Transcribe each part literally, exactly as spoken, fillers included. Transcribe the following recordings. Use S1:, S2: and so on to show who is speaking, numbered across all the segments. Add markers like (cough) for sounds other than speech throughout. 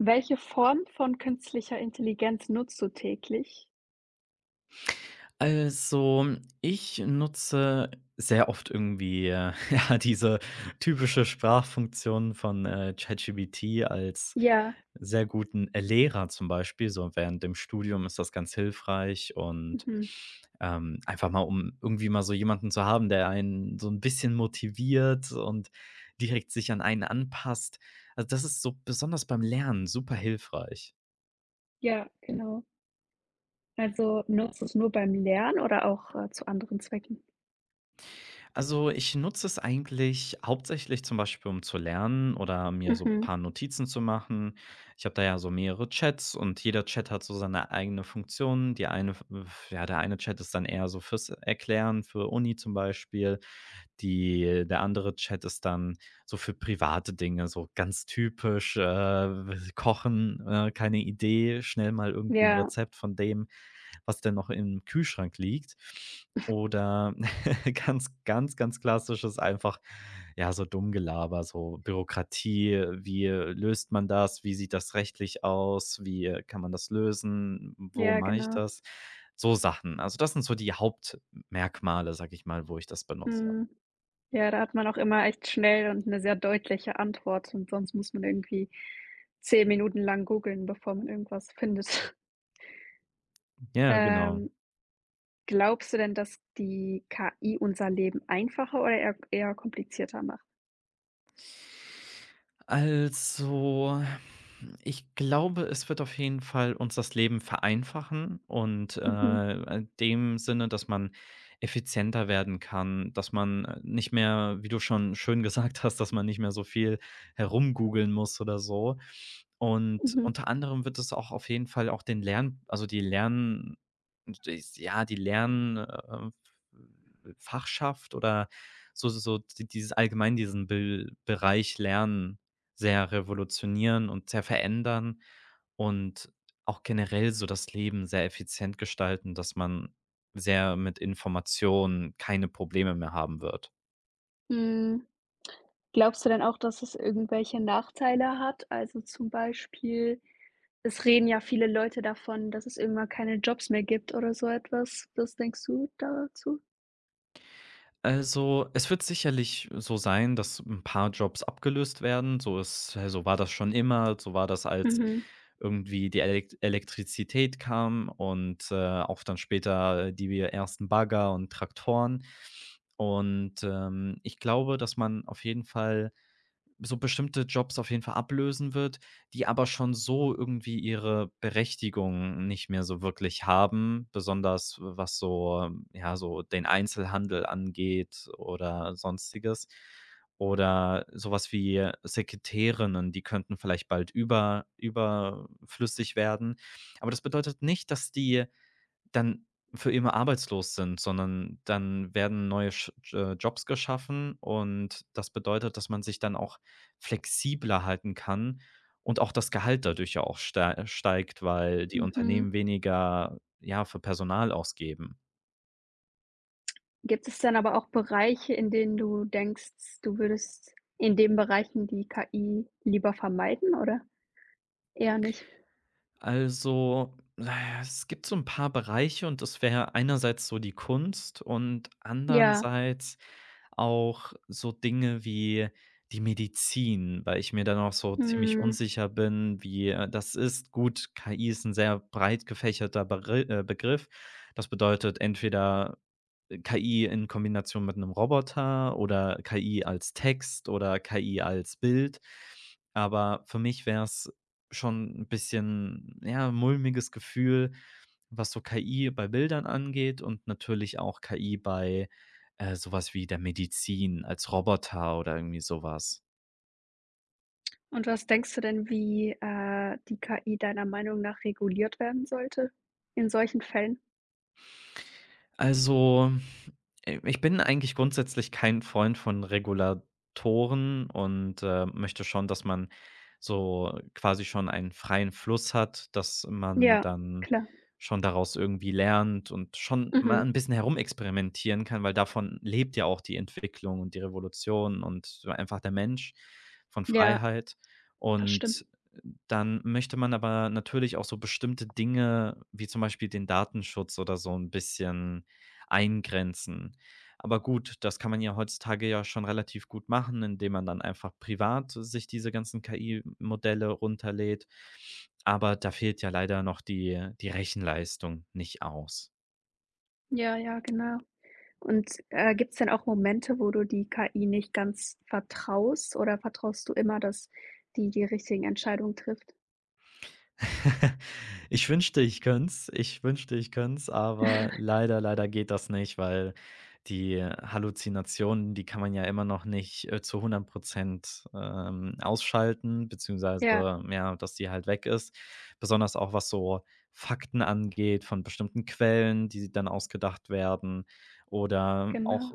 S1: Welche Form von künstlicher Intelligenz nutzt du täglich?
S2: Also, ich nutze sehr oft irgendwie, äh, (laughs) ja, diese typische Sprachfunktion von, äh, ChatGPT als
S1: Ja,
S2: sehr guten äh, Lehrer zum Beispiel. So während dem Studium ist das ganz hilfreich und,
S1: mhm,
S2: ähm, einfach mal, um irgendwie mal so jemanden zu haben, der einen so ein bisschen motiviert und direkt sich an einen anpasst. Also, das ist so besonders beim Lernen super hilfreich.
S1: ja, genau. Also, nutzt du es nur beim Lernen oder auch, äh, zu anderen Zwecken?
S2: Also, ich nutze es eigentlich hauptsächlich zum Beispiel, um zu lernen oder mir so ein
S1: Mhm,
S2: paar Notizen zu machen. Ich habe da ja so mehrere Chats und jeder Chat hat so seine eigene Funktion. Die eine ja, der eine Chat ist dann eher so fürs Erklären, für Uni zum Beispiel. Die der andere Chat ist dann so für private Dinge, so ganz typisch, äh, Kochen, äh, keine Idee, schnell mal irgendwie ein
S1: ja,
S2: Rezept von dem, was denn noch im Kühlschrank liegt. Oder (laughs) ganz, ganz, ganz klassisches einfach, ja, so dumm Gelaber, so Bürokratie. Wie löst man das? Wie sieht das rechtlich aus? Wie, äh, kann man das lösen? Wo
S1: ja,
S2: mache ich
S1: genau.
S2: das? So Sachen. Also, das sind so die Hauptmerkmale, sag ich mal, wo ich das benutze.
S1: Mhm. Ja, da hat man auch immer echt schnell und eine sehr deutliche Antwort und sonst muss man irgendwie zehn Minuten lang googeln, bevor man irgendwas findet. (laughs)
S2: Ja, genau.
S1: Ähm, Glaubst du denn, dass die K I unser Leben einfacher oder eher eher komplizierter macht?
S2: Also, ich glaube, es wird auf jeden Fall uns das Leben vereinfachen und,
S1: Mhm,
S2: äh, in dem Sinne, dass man effizienter werden kann, dass man, äh, nicht mehr, wie du schon schön (laughs) gesagt hast, dass man nicht mehr so viel herumgoogeln muss oder so. Und
S1: mhm.
S2: unter anderem wird es auch auf jeden Fall auch den Lern also, die Lern und das ja, die Lern äh, oder so so so die dieses allgemein diesen Bil Bereich Lernen sehr revolutionieren und sehr verändern und auch generell so das Leben sehr effizient gestalten, dass man sehr mit Informationen keine Probleme mehr haben wird.
S1: Hm. Glaubst du denn auch, dass es irgendwelche Nachteile hat? Also, zum Beispiel, es reden ja viele Leute davon, dass es irgendwann keine Jobs mehr gibt oder so etwas. Was denkst du dazu?
S2: Also, es wird sicherlich so sein, dass ein paar Jobs abgelöst werden. So ist so war das schon immer. So war das, als
S1: Mhm,
S2: irgendwie die Elekt Elektrizität kam und, äh, auch dann später die ersten Bagger und Traktoren. Und, ähm, ich glaube, dass man auf jeden Fall so bestimmte Jobs auf jeden Fall ablösen wird, die aber schon so irgendwie ihre Berechtigung nicht mehr so wirklich haben, besonders was so ähm, ja, so den Einzelhandel angeht oder Sonstiges. Oder sowas wie Sekretärinnen, die könnten vielleicht bald über überflüssig werden. Aber das bedeutet nicht, dass die dann für immer arbeitslos sind, sondern dann werden neue Sch äh, Jobs geschaffen, und das bedeutet, dass man sich dann auch flexibler halten kann und auch das Gehalt dadurch ja auch stei steigt, weil die
S1: mhm.
S2: Unternehmen weniger, ja, für Personal ausgeben.
S1: Gibt es dann aber auch Bereiche, in denen du denkst, du würdest in den Bereichen die K I lieber vermeiden oder eher nicht?
S2: Also, äh, es gibt so 'n paar Bereiche, und das wäre einerseits so die Kunst und
S1: Ja,
S2: andererseits auch so Dinge wie die Medizin, weil ich mir da noch so ziemlich
S1: mhm.
S2: unsicher bin, wie, äh, das ist. Gut, K I ist ein sehr breit gefächerter Begri äh, Begriff. Das bedeutet entweder K I in Kombination mit einem Roboter oder K I als Text oder K I als Bild. Aber für mich wäre es schon ein bisschen, ja, mulmiges Gefühl, was so K I bei Bildern angeht und natürlich auch K I bei, äh, so wie der Medizin als Roboter oder irgendwie sowas.
S1: Und was denkst du denn, wie, äh, die K I deiner Meinung nach reguliert werden sollte in solchen Fällen?
S2: Also, äh, ich bin eigentlich grundsätzlich kein Freund von Regulatoren und, äh, möchte schon, dass man so quasi schon einen freien Fluss hat, dass man
S1: Ja,
S2: dann
S1: klar.
S2: schon daraus irgendwie lernt und schon mal
S1: Mhm.
S2: ein bisschen herumexperimentieren kann, weil davon lebt ja auch die Entwicklung und die Revolution und so einfach der Mensch von
S1: Ja,
S2: Freiheit.
S1: das
S2: Und
S1: stimmt.
S2: dann möchte man aber natürlich auch so bestimmte Dinge, wie zum Beispiel den Datenschutz, oder so ein bisschen eingrenzen. Aber gut, das kann man ja heutzutage ja schon relativ gut machen, indem man dann einfach privat sich diese ganzen K I-Modelle runterlädt. Aber da fehlt ja leider noch die die Rechenleistung nicht aus.
S1: Ja, ja, genau. Und, äh, gibt's denn auch Momente, wo du die K I nicht ganz vertraust oder vertraust du immer, dass die die richtigen Entscheidungen trifft?
S2: (laughs) Ich wünschte, ich könnt's. Ich wünschte, ich könnt's, aber leider, leider geht das nicht, weil die Halluzinationen, die kann man ja immer noch nicht, äh, zu hundert Prozent ähm, ausschalten,
S1: Ja,
S2: beziehungsweise, ja, dass die halt weg ist. Besonders auch, was so Fakten angeht von bestimmten Quellen, die dann ausgedacht werden oder auch,
S1: genau.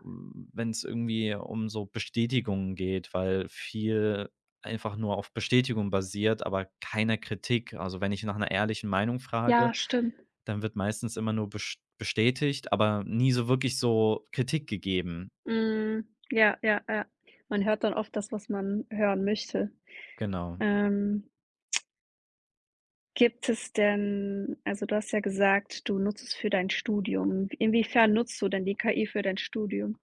S2: wenn es irgendwie um so Bestätigungen geht, weil viel einfach nur auf Bestätigung basiert, aber keiner Kritik. Also, wenn ich nach einer ehrlichen Meinung frage,
S1: Ja, stimmt.
S2: dann wird meistens immer nur best bestätigt, aber nie so wirklich so Kritik gegeben.
S1: Mhm. Ja, ja, ja. Man hört dann oft das, was man hören möchte.
S2: Genau.
S1: Ähm, gibt es denn, also, du hast ja gesagt, du nutzt es für dein Studium. Inwiefern nutzt du denn die K I für dein Studium?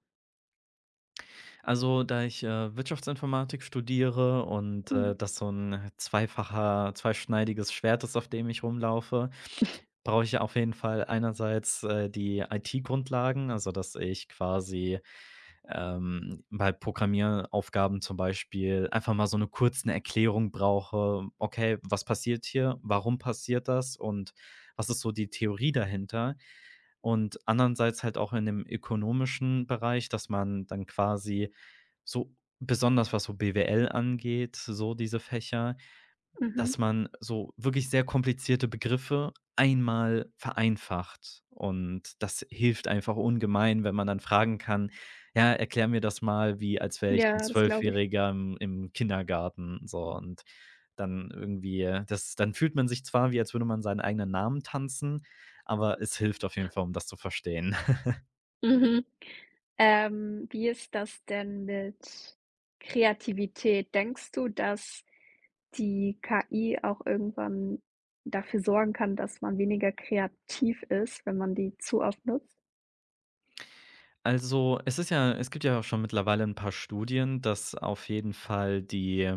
S2: Also, da ich, äh, Wirtschaftsinformatik studiere und, äh,
S1: Mhm.
S2: das so ein zweifacher zweischneidiges Schwert ist, auf dem ich rumlaufe,
S1: (laughs)
S2: brauche ich ja auf jeden Fall einerseits, äh, die I T-Grundlagen, also, dass ich quasi ähm, bei Programmieraufgaben zum Beispiel einfach mal so eine kurze Erklärung brauche: „Okay, was passiert hier? Warum passiert das? Und was ist so die Theorie dahinter?“ Und andererseits halt auch in dem ökonomischen Bereich, dass man dann quasi so besonders was so B W L angeht, so diese Fächer,
S1: Mhm.
S2: dass man so wirklich sehr komplizierte Begriffe einmal vereinfacht, und das hilft einfach ungemein, wenn man dann fragen kann: „Ja, erklär mir das mal, wie als wäre ich ein
S1: Ja, das glaube ich.
S2: Zwölfjähriger im im Kindergarten“, so, und dann irgendwie das dann fühlt man sich zwar, wie als würde man seinen eigenen Namen tanzen, aber es hilft auf jeden Fall, um das zu verstehen. (laughs)
S1: Mhm. Ähm, wie ist das denn mit Kreativität? Denkst du, dass die K I auch irgendwann dafür sorgen kann, dass man weniger kreativ ist, wenn man die zu oft nutzt?
S2: Also, es ist ja es gibt ja auch schon mittlerweile ein paar Studien, dass auf jeden Fall die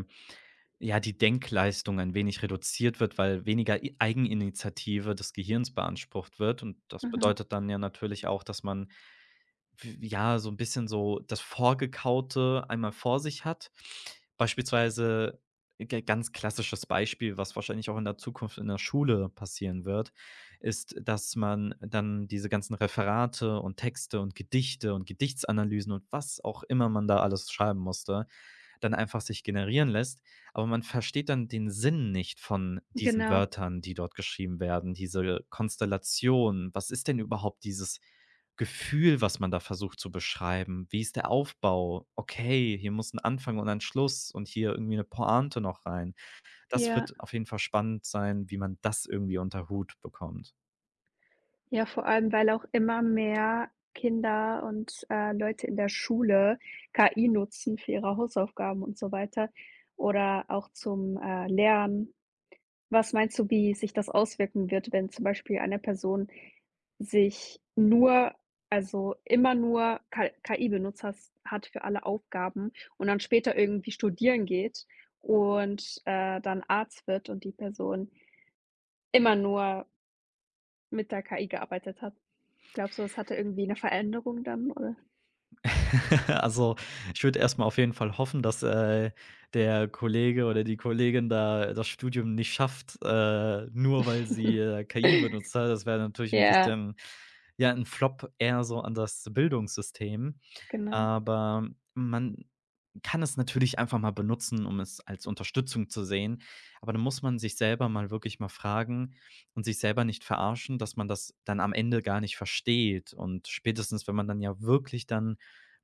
S2: ja, die Denkleistung ein wenig reduziert wird, weil weniger I Eigeninitiative des Gehirns beansprucht wird, und das
S1: Mhm,
S2: bedeutet dann ja natürlich auch, dass man w ja, so ein bisschen so das Vorgekaute einmal vor sich hat. Beispielsweise g ganz klassisches Beispiel, was wahrscheinlich auch in der Zukunft in der Schule passieren wird, ist, dass man dann diese ganzen Referate und Texte und Gedichte und Gedichtsanalysen und was auch immer man da alles schreiben musste, dann einfach sich generieren lässt. Aber man versteht dann den Sinn nicht von diesen
S1: genau.
S2: Wörtern, die dort geschrieben werden, diese Konstellation. Was ist denn überhaupt dieses Gefühl, was man da versucht zu beschreiben? Wie ist der Aufbau? Okay, hier muss ein Anfang und ein Schluss und hier irgendwie eine Pointe noch rein. Das
S1: Ja.
S2: wird auf jeden Fall spannend sein, wie man das irgendwie unter Hut bekommt.
S1: Ja, vor allem, weil auch immer mehr Kinder und, äh, Leute in der Schule K I nutzen für ihre Hausaufgaben und so weiter oder auch zum, äh, Lernen. Was meinst du, wie sich das auswirken wird, wenn zum Beispiel eine Person sich nur, also immer nur K KI-Benutzer hat für alle Aufgaben und dann später irgendwie studieren geht und, äh, dann Arzt wird und die Person immer nur mit der K I gearbeitet hat. Glaubst du, das hatte irgendwie eine Veränderung dann, oder?
S2: (laughs) Also, ich würde erst mal auf jeden Fall hoffen, dass, äh, der Kollege oder die Kollegin da das Studium nicht schafft, äh, nur weil sie,
S1: (laughs)
S2: äh, K I benutzt hat. Das wäre natürlich ein
S1: Ja,
S2: bisschen ja, ein Flop eher so an das Bildungssystem.
S1: genau.
S2: Aber man kann es natürlich einfach mal benutzen, um es als Unterstützung zu sehen. Aber dann muss man sich selber mal wirklich mal fragen und sich selber nicht verarschen, dass man das dann am Ende gar nicht versteht. Und spätestens, wenn man dann ja wirklich dann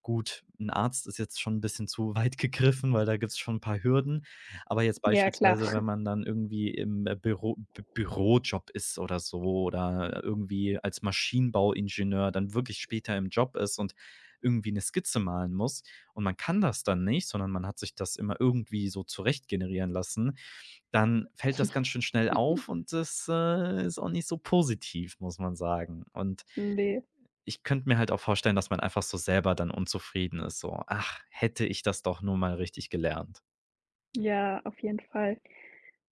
S2: gut, ein Arzt ist jetzt schon ein bisschen zu weit (laughs) gegriffen, weil da gibt's schon 'n paar Hürden. Aber jetzt
S1: Ja, klar.
S2: beispielsweise, wenn
S1: (laughs)
S2: man dann irgendwie im, äh, Büro Bü Bürojob ist oder so oder irgendwie als Maschinenbauingenieur dann wirklich später im Job ist und irgendwie 'ne Skizze malen muss und man kann das dann nicht, sondern man hat sich das immer irgendwie so zurecht generieren lassen, dann fällt das ganz schön schnell auf, und das, äh, ist auch nicht so positiv, muss man sagen. Und
S1: Ne,
S2: ich könnte mir halt auch vorstellen, dass man einfach so selber dann unzufrieden ist, so: „Ach, hätte ich das doch nur mal richtig gelernt.“
S1: ja, auf jeden Fall.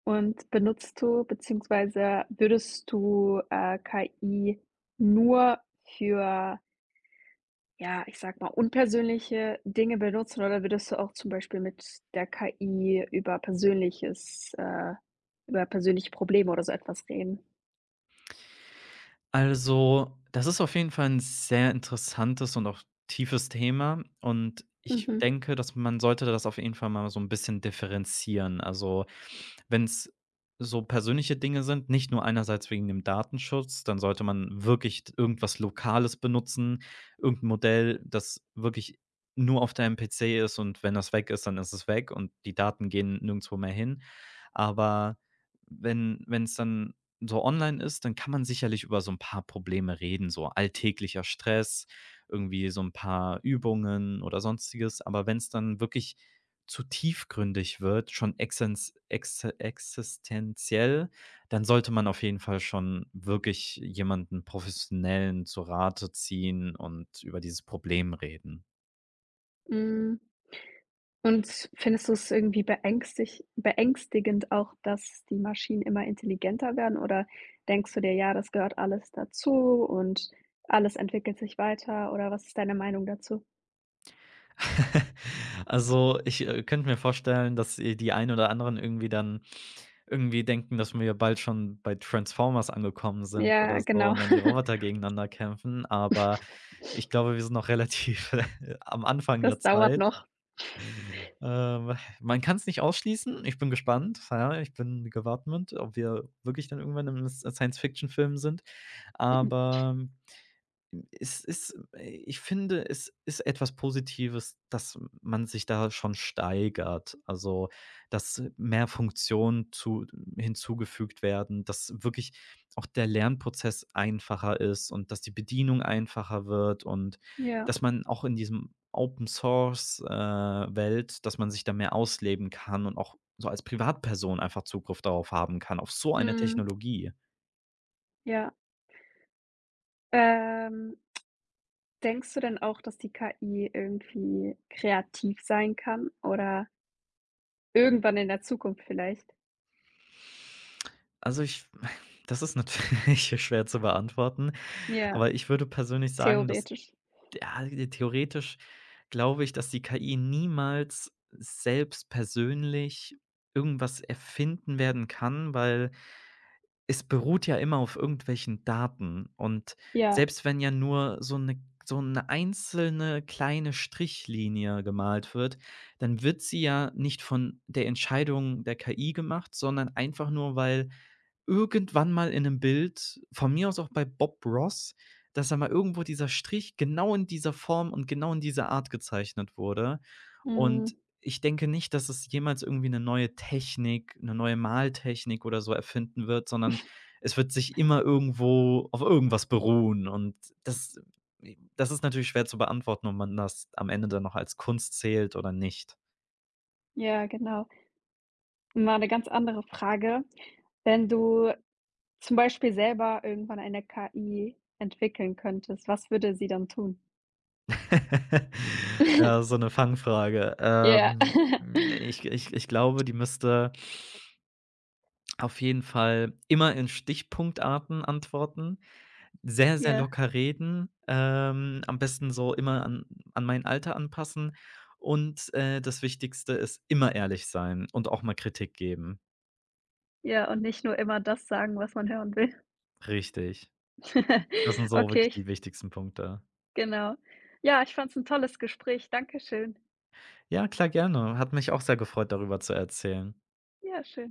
S1: Und benutzt du beziehungsweise würdest du, äh, K I nur für, ja, ich sag mal, unpersönliche Dinge benutzen oder würdest du auch zum Beispiel mit der K I über persönliches äh, über persönliche Probleme oder so etwas reden?
S2: Also, das ist auf jeden Fall ein sehr interessantes und auch tiefes Thema, und ich
S1: Mhm.
S2: denke, dass man sollte das auf jeden Fall mal so ein bisschen differenzieren. Also, wenn es so persönliche Dinge sind, nicht nur einerseits wegen dem Datenschutz, dann sollte man wirklich irgendwas Lokales benutzen, irgendein Modell, das wirklich nur auf deinem P C ist, und wenn das weg ist, dann ist es weg und die Daten gehen nirgendwo mehr hin. Aber wenn wenn es dann so online ist, dann kann man sicherlich über so 'n paar Probleme reden, so alltäglicher Stress, irgendwie so 'n paar Übungen oder Sonstiges. Aber wenn's dann wirklich zu tiefgründig wird, schon exens exe existenziell, dann sollte man auf jeden Fall schon wirklich jemanden Professionellen zu Rate ziehen und über dieses Problem reden.
S1: Hm, und findest du es irgendwie beängstig beängstigend auch, dass die Maschinen immer intelligenter werden oder denkst du dir: „Ja, das gehört alles dazu und alles entwickelt sich weiter", oder was ist deine Meinung dazu?
S2: (laughs) Also, ich, äh, könnte mir vorstellen, dass, äh, die einen oder anderen irgendwie dann irgendwie denken, dass wir bald schon bei Transformers angekommen sind oder
S1: Ja,
S2: so
S1: genau.
S2: und dann die Roboter
S1: (laughs)
S2: gegeneinander kämpfen, aber ich glaube, wir sind noch relativ (laughs) am Anfang der
S1: Das dauert
S2: Zeit.
S1: noch.
S2: Ähm, Man kann es nicht ausschließen. Ich bin gespannt. Ja, ich bin gewappnet, ob wir wirklich dann irgendwann im S Science-Fiction-Film sind. Aber es ist äh, ich finde, es ist etwas Positives, dass man sich da schon steigert. Also, dass mehr Funktionen zu hinzugefügt werden, dass wirklich auch der Lernprozess einfacher ist und dass die Bedienung einfacher wird und
S1: Ja.
S2: dass man auch in diesem Open Source, äh, Welt, dass man sich da mehr ausleben kann und auch so als Privatperson einfach Zugriff darauf haben kann, auf so eine
S1: Mhm.
S2: Technologie.
S1: Ja. Ähm, denkst du denn auch, dass die K I irgendwie kreativ sein kann oder irgendwann in der Zukunft vielleicht?
S2: Also, ich (laughs) das ist natürlich (laughs) schwer zu beantworten,
S1: Ja,
S2: aber ich würde persönlich sagen, dass
S1: theoretisch.
S2: ja, theoretisch glaube ich, dass die K I niemals selbst persönlich irgendwas erfinden werden kann, weil es beruht ja immer auf irgendwelchen Daten. Und
S1: Ja,
S2: selbst wenn ja nur so eine so eine einzelne kleine Strichlinie gemalt wird, dann wird sie ja nicht von der Entscheidung der K I gemacht, sondern einfach nur, weil irgendwann mal in einem Bild, von mir aus auch bei Bob Ross, dass da mal irgendwo dieser Strich genau in dieser Form und genau in dieser Art gezeichnet wurde.
S1: mhm,
S2: Und ich denke nicht, dass es jemals irgendwie 'ne neue Technik, 'ne neue Maltechnik oder so erfinden wird, sondern es wird sich immer irgendwo auf irgendwas beruhen. Und das äh, das ist natürlich schwer zu beantworten, ob man das am Ende dann noch als Kunst zählt oder nicht.
S1: ja, genau. Mal 'ne ganz andere Frage. Wenn du zum Beispiel selber irgendwann eine K I entwickeln könntest, was würde sie dann tun?
S2: (laughs) Ja, so
S1: (laughs)
S2: eine Fangfrage.
S1: Ja.
S2: Ähm, ich ich ich glaube, die müsste auf jeden Fall immer in Stichpunktarten antworten, sehr, sehr
S1: Ja,
S2: locker reden, ähm, am besten so immer an an mein Alter anpassen und, äh, das Wichtigste ist immer ehrlich sein und auch mal Kritik geben.
S1: ja, und nicht nur immer das sagen, was man hören will.
S2: Richtig. Das sind
S1: (laughs)
S2: so wirklich
S1: Okay,
S2: die wichtigsten Punkte.
S1: genau. Ja, ich fand's 'n tolles Gespräch. Dankeschön.
S2: Ja, klar, gerne. Hat mich auch sehr gefreut, darüber zu erzählen.
S1: Ja, schön.